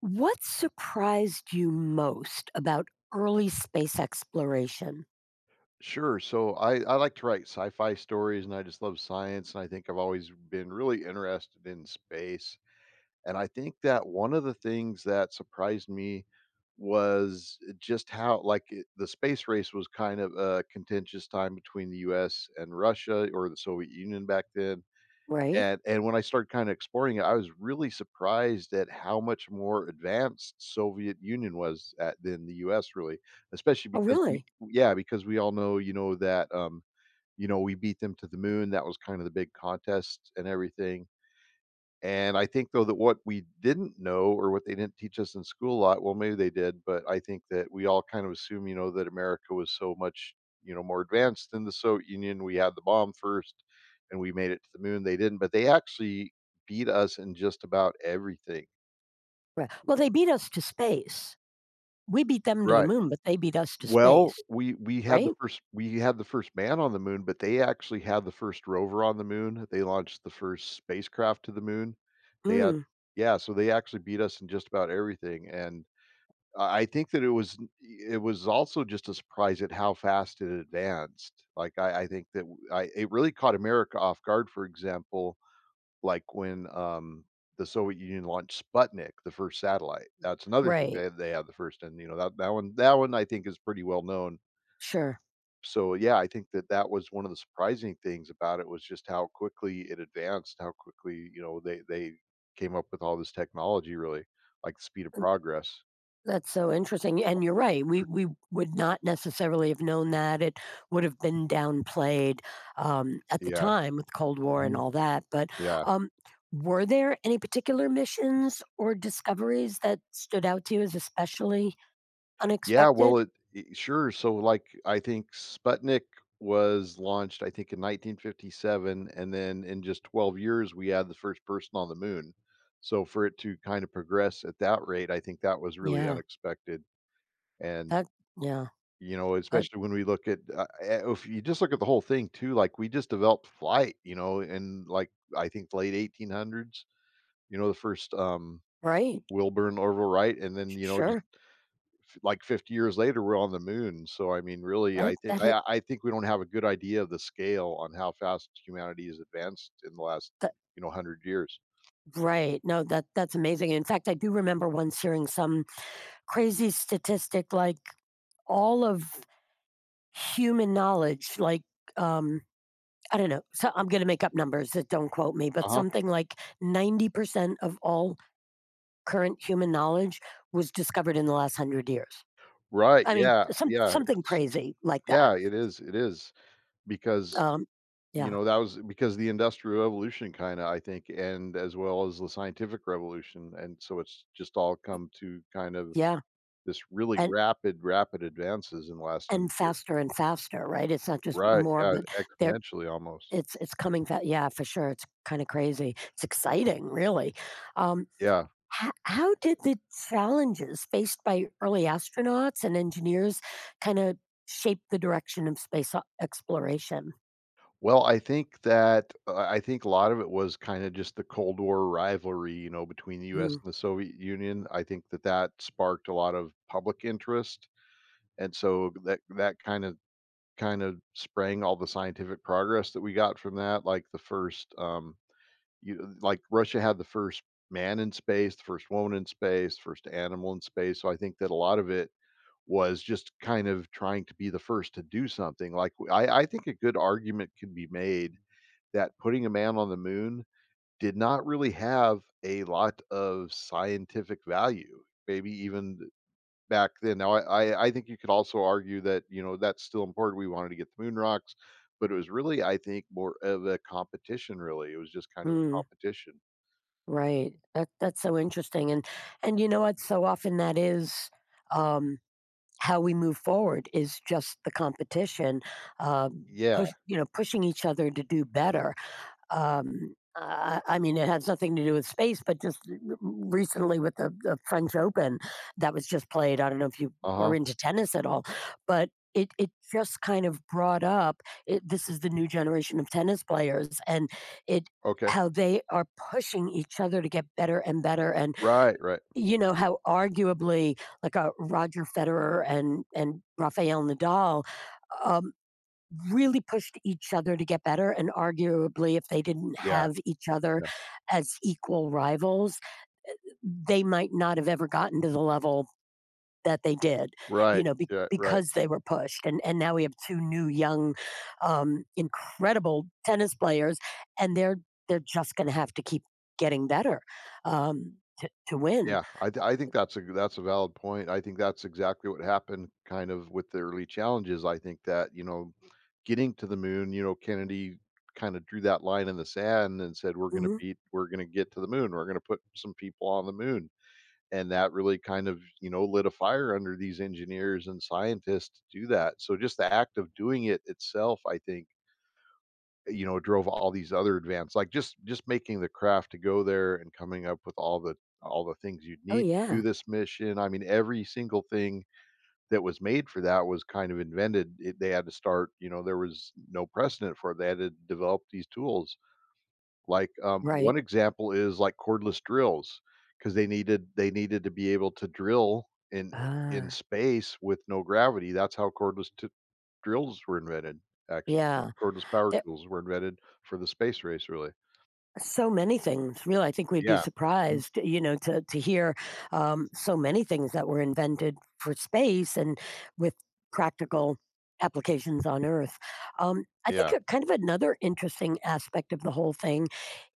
What surprised you most about early space exploration? Sure. So I like to write sci-fi stories and I just love science. And I think I've always been really interested in space. And I think that one of the things that surprised me was just how the space race was kind of a contentious time between the US and Russia or the Soviet Union back then. Right? And when I started kinda exploring it, I was really surprised at how much more advanced Soviet Union was at than the US really, especially Oh, because we really? yeah, because we all know, we beat them to the moon. That was kind of the big contest and everything. And I think, though, that what we didn't know or what they didn't teach us in school a lot, well, maybe they did, but I think that we all kind of assume, that America was so much, more advanced than the Soviet Union. We had the bomb first and we made it to the moon. They didn't, but they actually beat us in just about everything. Right. Well, they beat us to space. We beat them to the Right. moon, but they beat us to Well, space, we had the right? first we had the first man on the moon, but they actually had the first rover on the moon. They launched the first spacecraft to the moon. They had Mm, Yeah, so they actually beat us in just about everything. And I think that it was also just a surprise at how fast it advanced. I think that w- I it really caught America off guard. For example, like when the Soviet Union launched Sputnik, the first satellite. That's another thing right. They had the first, and you know that that one I think is pretty well known. Sure. So yeah, I think that that was one of the surprising things about it, was just how quickly it advanced, how quickly, you know, they came up with all this technology. Really, like the speed of progress. That's so interesting. And you're right. We would not necessarily have known that. It would have been downplayed at the Yeah. time with Cold War and Mhm. all that. But Yeah. um, were there any particular missions or discoveries that stood out to you as especially Yeah, unexpected? well, so, like, I think Sputnik was launched, I think, in 1957, and then in just 12 years, we had the first person on the moon. So for it to kind of progress at that rate, I think that was really Yeah, unexpected, and, that yeah, you know, that especially when we look at, if you just look at the whole thing too, like, we just developed flight, you know, in, like, I think late 1800s, you know, right, Wilbur and Orville Wright, and then, s you know, just sure, like 50 years later, we're on the moon. So, I mean, really, that I think that hit I, I think we don't have a good idea of the scale on how fast humanity has advanced in the last, that you know, hundred years. right, no, that that's amazing. In fact, I do remember once hearing some crazy statistic, like, all of human knowledge, um, I don't know, so I'm gonna make up numbers, that don't quote me, Uh but huh. something like 90% of all current human knowledge was discovered in the last 100 years. Right. I mean, Yeah. some something crazy like that, Yeah. It is because um, you yeah, know that was because the industrial revolution, kind of, I think, and as well as the scientific revolution, and so it's just all come to kind of yeah, this really and rapid advances in the last 100 And years. faster and faster, right? It's not just Right, more, yeah, but there exponentially almost. It's coming fa yeah, for sure, it's kinda crazy. It's exciting, really. Um, Yeah. ho how did the challenges faced by early astronauts and engineers kinda shape the direction of space o exploration? Well, I think that I think a lot of it was kind of just the Cold War rivalry, you know, between the US Mm, and the Soviet Union. I think that that sparked a lot of public interest, and so that that kind of sprang all the scientific progress that we got from that, like the first you like Russia had the first man in space, the first woman in space, first animal in space. So I think that a lot of it was just kind of trying to be the first to do something. Like, I think a good argument can be made that putting a man on the moon did not really have a lot of scientific value, maybe even back then. Now, I think you could also argue that, you know, that's still important, we wanted to get the moon rocks, but it was really, I think, more of a competition. Really, it was just kind of a mm, competition. right. That that's so interesting. And you know what? So often that is, um, how we move forward is just the competition, um, Yeah, push you know, pushing each other to do better. I mean, it has nothing to do with space, but just r- recently with the French Open that was just played. I don't know if you are uh-huh, into tennis at all, but it just kind of brought up it, this is the new generation of tennis players and it okay. how they are pushing each other to get better and better and Right, right. you know how arguably like a Roger Federer and Rafael Nadal, um, really pushed each other to get better. And arguably, if they didn't Yeah, have each other yeah. as equal rivals, they might not have ever gotten to the level that they did, you Right, know, be, yeah, right. because they were pushed. And now we have two new young, incredible tennis players, and they're just going to have to keep getting better to win. Yeah, I think that's a valid point. I think that's exactly what happened kind of with the early challenges. I think that, you know, getting to the moon, you know, Kennedy kinda drew that line in the sand and said, "We're gonna Hmm. beat we're gonna get to the moon. We're gonna put some people on the moon." And that really kind of, you know, lit a fire under these engineers and scientists to do that. So just the act of doing it itself, I think, you know, drove all these other advanced, like, just making the craft to go there and coming up with all the things you'd Oh need to yeah, do this mission. I mean, every single thing that was made for that was kind of invented. It They had to start, you know, there was no precedent for it. They had to develop these tools. Like, right. one example is, like, cordless drills, because they needed to be able to drill in Ah, space with no gravity. That's how cordless drills were invented. Actually, yeah. cordless power tools were invented for the space race, really. So many things, really. I think we'd be Yeah. Mhm. surprised, you know, to hear so many things that were invented for space and with practical applications on Earth. I think Yeah. a, kind of another interesting aspect of the whole thing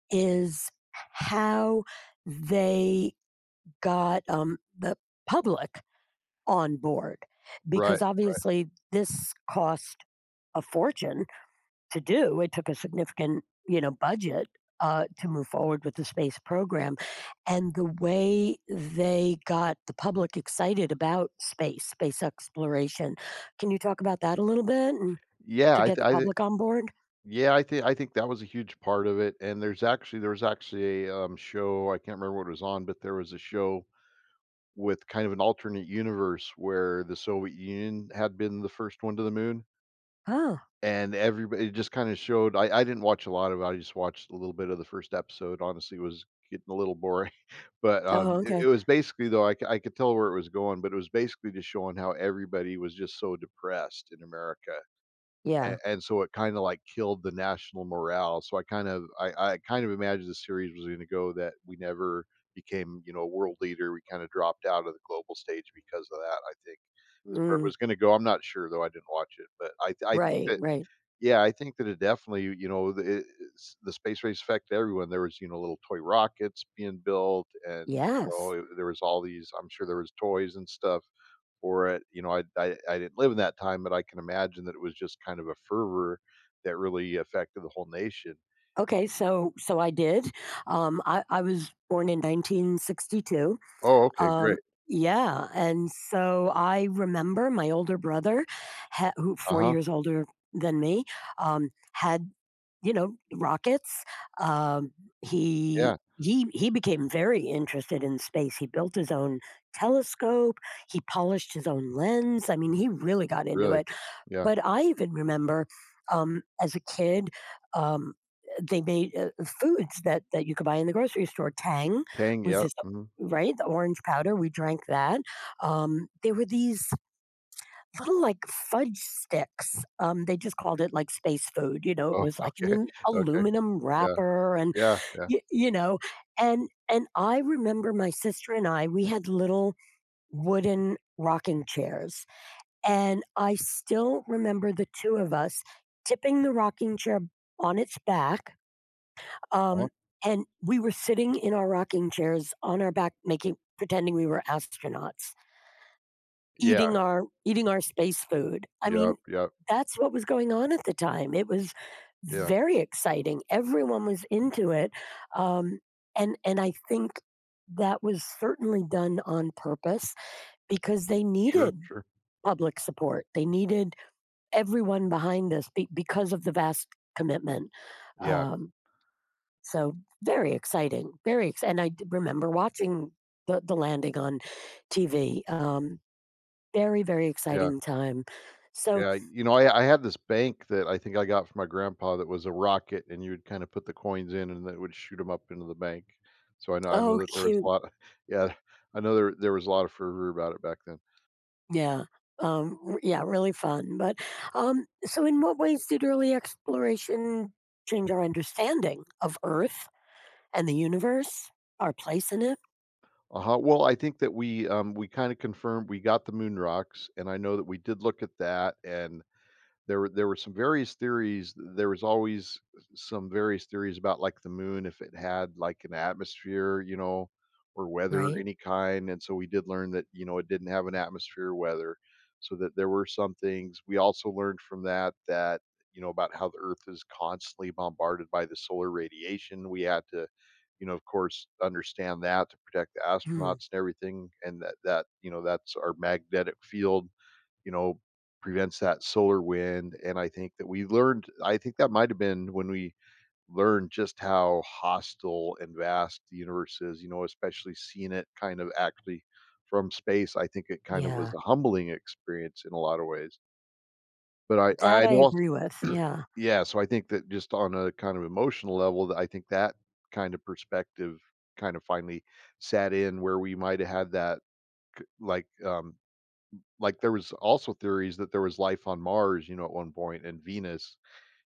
is how they got the public on board, because Right, right. obviously this cost a fortune to do. It took a significant, you know, budget to move forward with the space program, and the way they got the public excited about space, space exploration. Can you talk about that a little bit and Yeah, to get the I th public on board? yeah, I think that was a huge part of it, and there was actually a, show, I can't remember what it was on, but there was a show with kind of an alternate universe where the Soviet Union had been the first one to the moon, Oh, and everybody, it just kinda showed, I didn't watch a lot of it, I just watched a little bit of the first episode, honestly, it was getting a little boring. But, oh, it it okay, was basically, though, I could tell where it was going, but it was basically just showing how everybody was just so depressed in America, yeah, and so it kinda, like, killed the national morale. So I kind of, I kind of imagined the series was gonna go that we never became, you know, a world leader, we kinda dropped out of the global stage because of that, I think, is where it mm, was gonna go. I'm not sure though, I didn't watch it, but I think right, that right, yeah, I think that it definitely, you know, the space race affected everyone. There was, you know, little toy rockets being built and, you know, yes. it there was all these, I'm sure there was toys and stuff for it. You know, I didn't live in that time, but I can imagine that it was just kind of a fervor that really affected the whole nation. Okay, so so I did. I was born in 1962. Oh, okay, Um, great. yeah, and so I remember my older brother, ha- who four Uh-huh. years older than me, had, you know, rockets. Um, he Yeah, he he became very interested in space. He built his own telescope, he polished his own lens. I mean, he really got into really. it. Yeah. But I even remember, as a kid, um, they made, foods that that you could buy in the grocery store. Tang Tang, was yep, this mhm. right? The orange powder, we drank that. There were these little, like, fudge sticks. They just called it, like, space food, you know? It Oh, was, like, in okay, an okay. aluminum Yeah, wrapper and yeah, yeah. y you know? And I remember my sister and I, we had little wooden rocking chairs and I still remember the two of us tipping the rocking chair on its back, Uh-huh. um, and we were sitting in our rocking chairs on our back making pretending we were astronauts, Yeah, eating our space food. I mean, yep, yep, that's what was going on at the time. It was yeah. very exciting. Everyone was into it, um, and I think that was certainly done on purpose because they Sure, needed sure. public support. They needed everyone behind this be- because of the vast commitment. Yeah, Um, so very exciting, very ex- and I d- remember watching the landing on TV. Very very yeah. exciting time. So Yeah, you know, I had this bank that I think I got from my grandpa that was a rocket, and you would kind of put the coins in, and it would shoot them up into the bank. So I know oh that there was a cute, lot. Yeah, I know there was a lot of fervor about it back then. yeah, r- yeah, really fun. But so, in what ways did early exploration change our understanding of Earth and the universe, our place in it? Uh-huh. Well, I think that we kind of confirmed, we got the moon rocks, and I know that we did look at that, and there were some various theories. There was always some various theories about like the moon, if it had like an atmosphere, you know, or weather Right. any kind. And so we did learn that, you know, it didn't have an atmosphere or weather, so that there were some things. We also learned from that you know, about how the Earth is constantly bombarded by the solar radiation. We had to, you know, of course, understand that to protect the Hmm. astronauts and everything, and that you know that's our magnetic field, you know, prevents that solar wind. And I think that we learned I think that might have been when we learned just how hostile and vast the universe is, you know, especially seeing it kind of actually from space. I think it kind of Yeah, was a humbling experience in a lot of ways. But I I that I I know als agree with. Yeah. yeah, so I think that just on a kind of emotional level, that I think that kind of perspective kind of finally sat in, where we might have had that c like, there was also theories that there was life on Mars, you know, at one point, and Venus.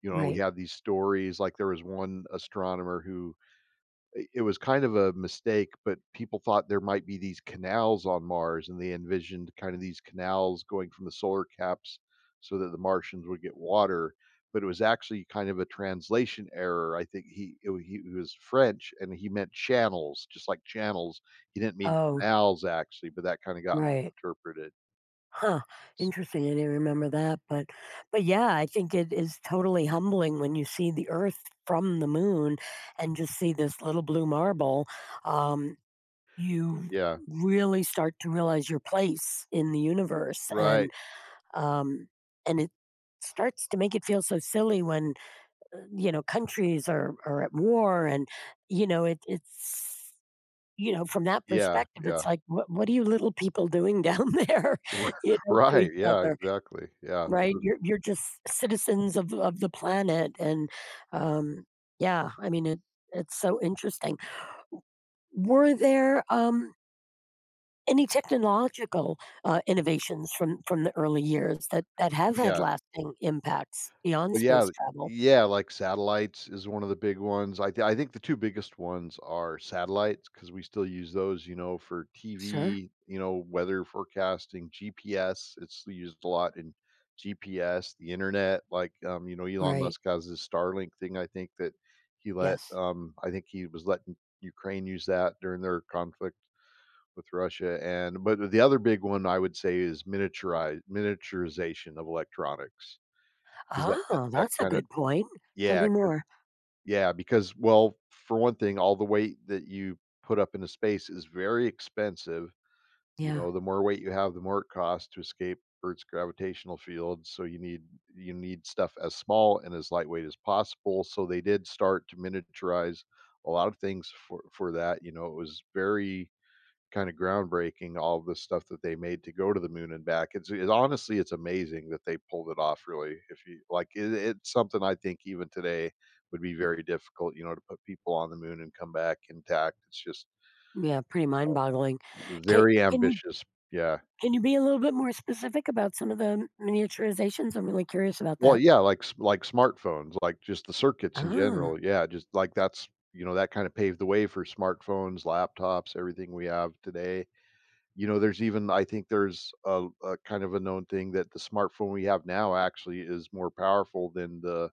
You know, we Right. had these stories, like, there was one astronomer who I it was kind of a mistake, but people thought there might be these canals on Mars, and they envisioned kind of these canals going from the solar caps so that the Martians would get water, but it was actually kind of a translation error. I think he it wa he was French, and he meant channels, just like channels. He didn't mean Oh, canals, actually, but that kinda got right. misinterpreted. Huh. Interesting. I didn't remember that, but yeah, I think it is totally humbling when you see the Earth from the moon and just see this little blue marble. Um, you Yeah. really start to realize your place in the universe, Right. Um, and it starts to make it feel so silly when you know countries are at war, and you know it's you know, from that Yeah, perspective, it's yeah. like, what are you little people doing down there, R you know, to right, each yeah, other, exactly. Yeah, right? th You're just citizens of the planet, and um, yeah, I mean, it it's so interesting. Were there any technological innovations from the early years that that have had Yeah. lasting impacts beyond Well, yeah, space travel? yeah, like satellites is one of the big ones. I think the two biggest ones are satellites, because we still use those, you know, for Sure, TV, you know, weather forecasting, GPS. It's used a lot in GPS, the Internet, like, you know, Elon right, Musk has this Starlink thing, I think, that yes. I think he was letting Ukraine use that during their conflict. With Russia. And but the other big one I would say is miniaturize miniaturization of electronics, 'cause that Oh, that that's a kinda good point. Tell yeah, me 'cau more. yeah, because, well, for one thing, all the weight that you put up into space is very expensive, you Yeah. know, the more weight you have, the more it costs to escape Earth's gravitational field, so you need stuff as small and as lightweight as possible, so they did start to miniaturize a lot of things for that. You know, it was very kinda groundbreaking, all of the stuff that they made to go to the moon and back. It's it honestly, it's amazing that they pulled it off, really. If you like, it it's something I think even today would be very difficult, you know, to put people on the moon and come back intact. It's just Yeah, pretty mind-boggling. Can very can you ambitious. Yeah. can you be a little bit more specific about some of the miniaturizations? I'm really curious about Well, that. yeah, like s like smartphones, like just the circuits in Ah, general. Yeah, just like that's, you know, that kinda paved the way for smartphones, laptops, everything we have today. You know, there's even, I think there's a kind of a known thing, that the smartphone we have now actually is more powerful than the,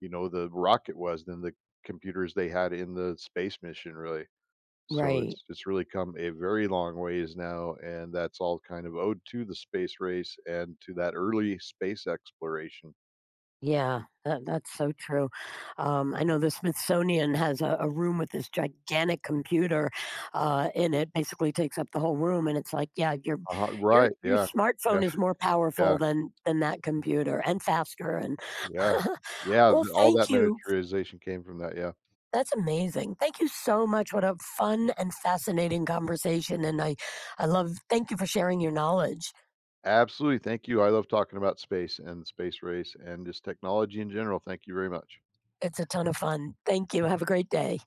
you know, the rocket was than the computers they had in the space mission, really. So right. it's really come a very long ways now, and that's all kind of owed to the space race and to that early space exploration. Yeah, that, that's so true. I know the Smithsonian has a room with this gigantic computer in it. Basically, takes up the whole room, and it's like, yeah, Uh-huh, right, your yeah. Yeah, smartphone is more powerful yeah, than that computer, and faster. And yeah. Yeah, th well, all thank that you. miniaturization came from that, yeah. That's amazing. Thank you so much. What a fun and fascinating conversation. And I love, thank you for sharing your knowledge. Absolutely, thank you. I love talking about space and the space race and just technology in general. Thank you very much. It's a ton of fun. Thank you. Have a great day.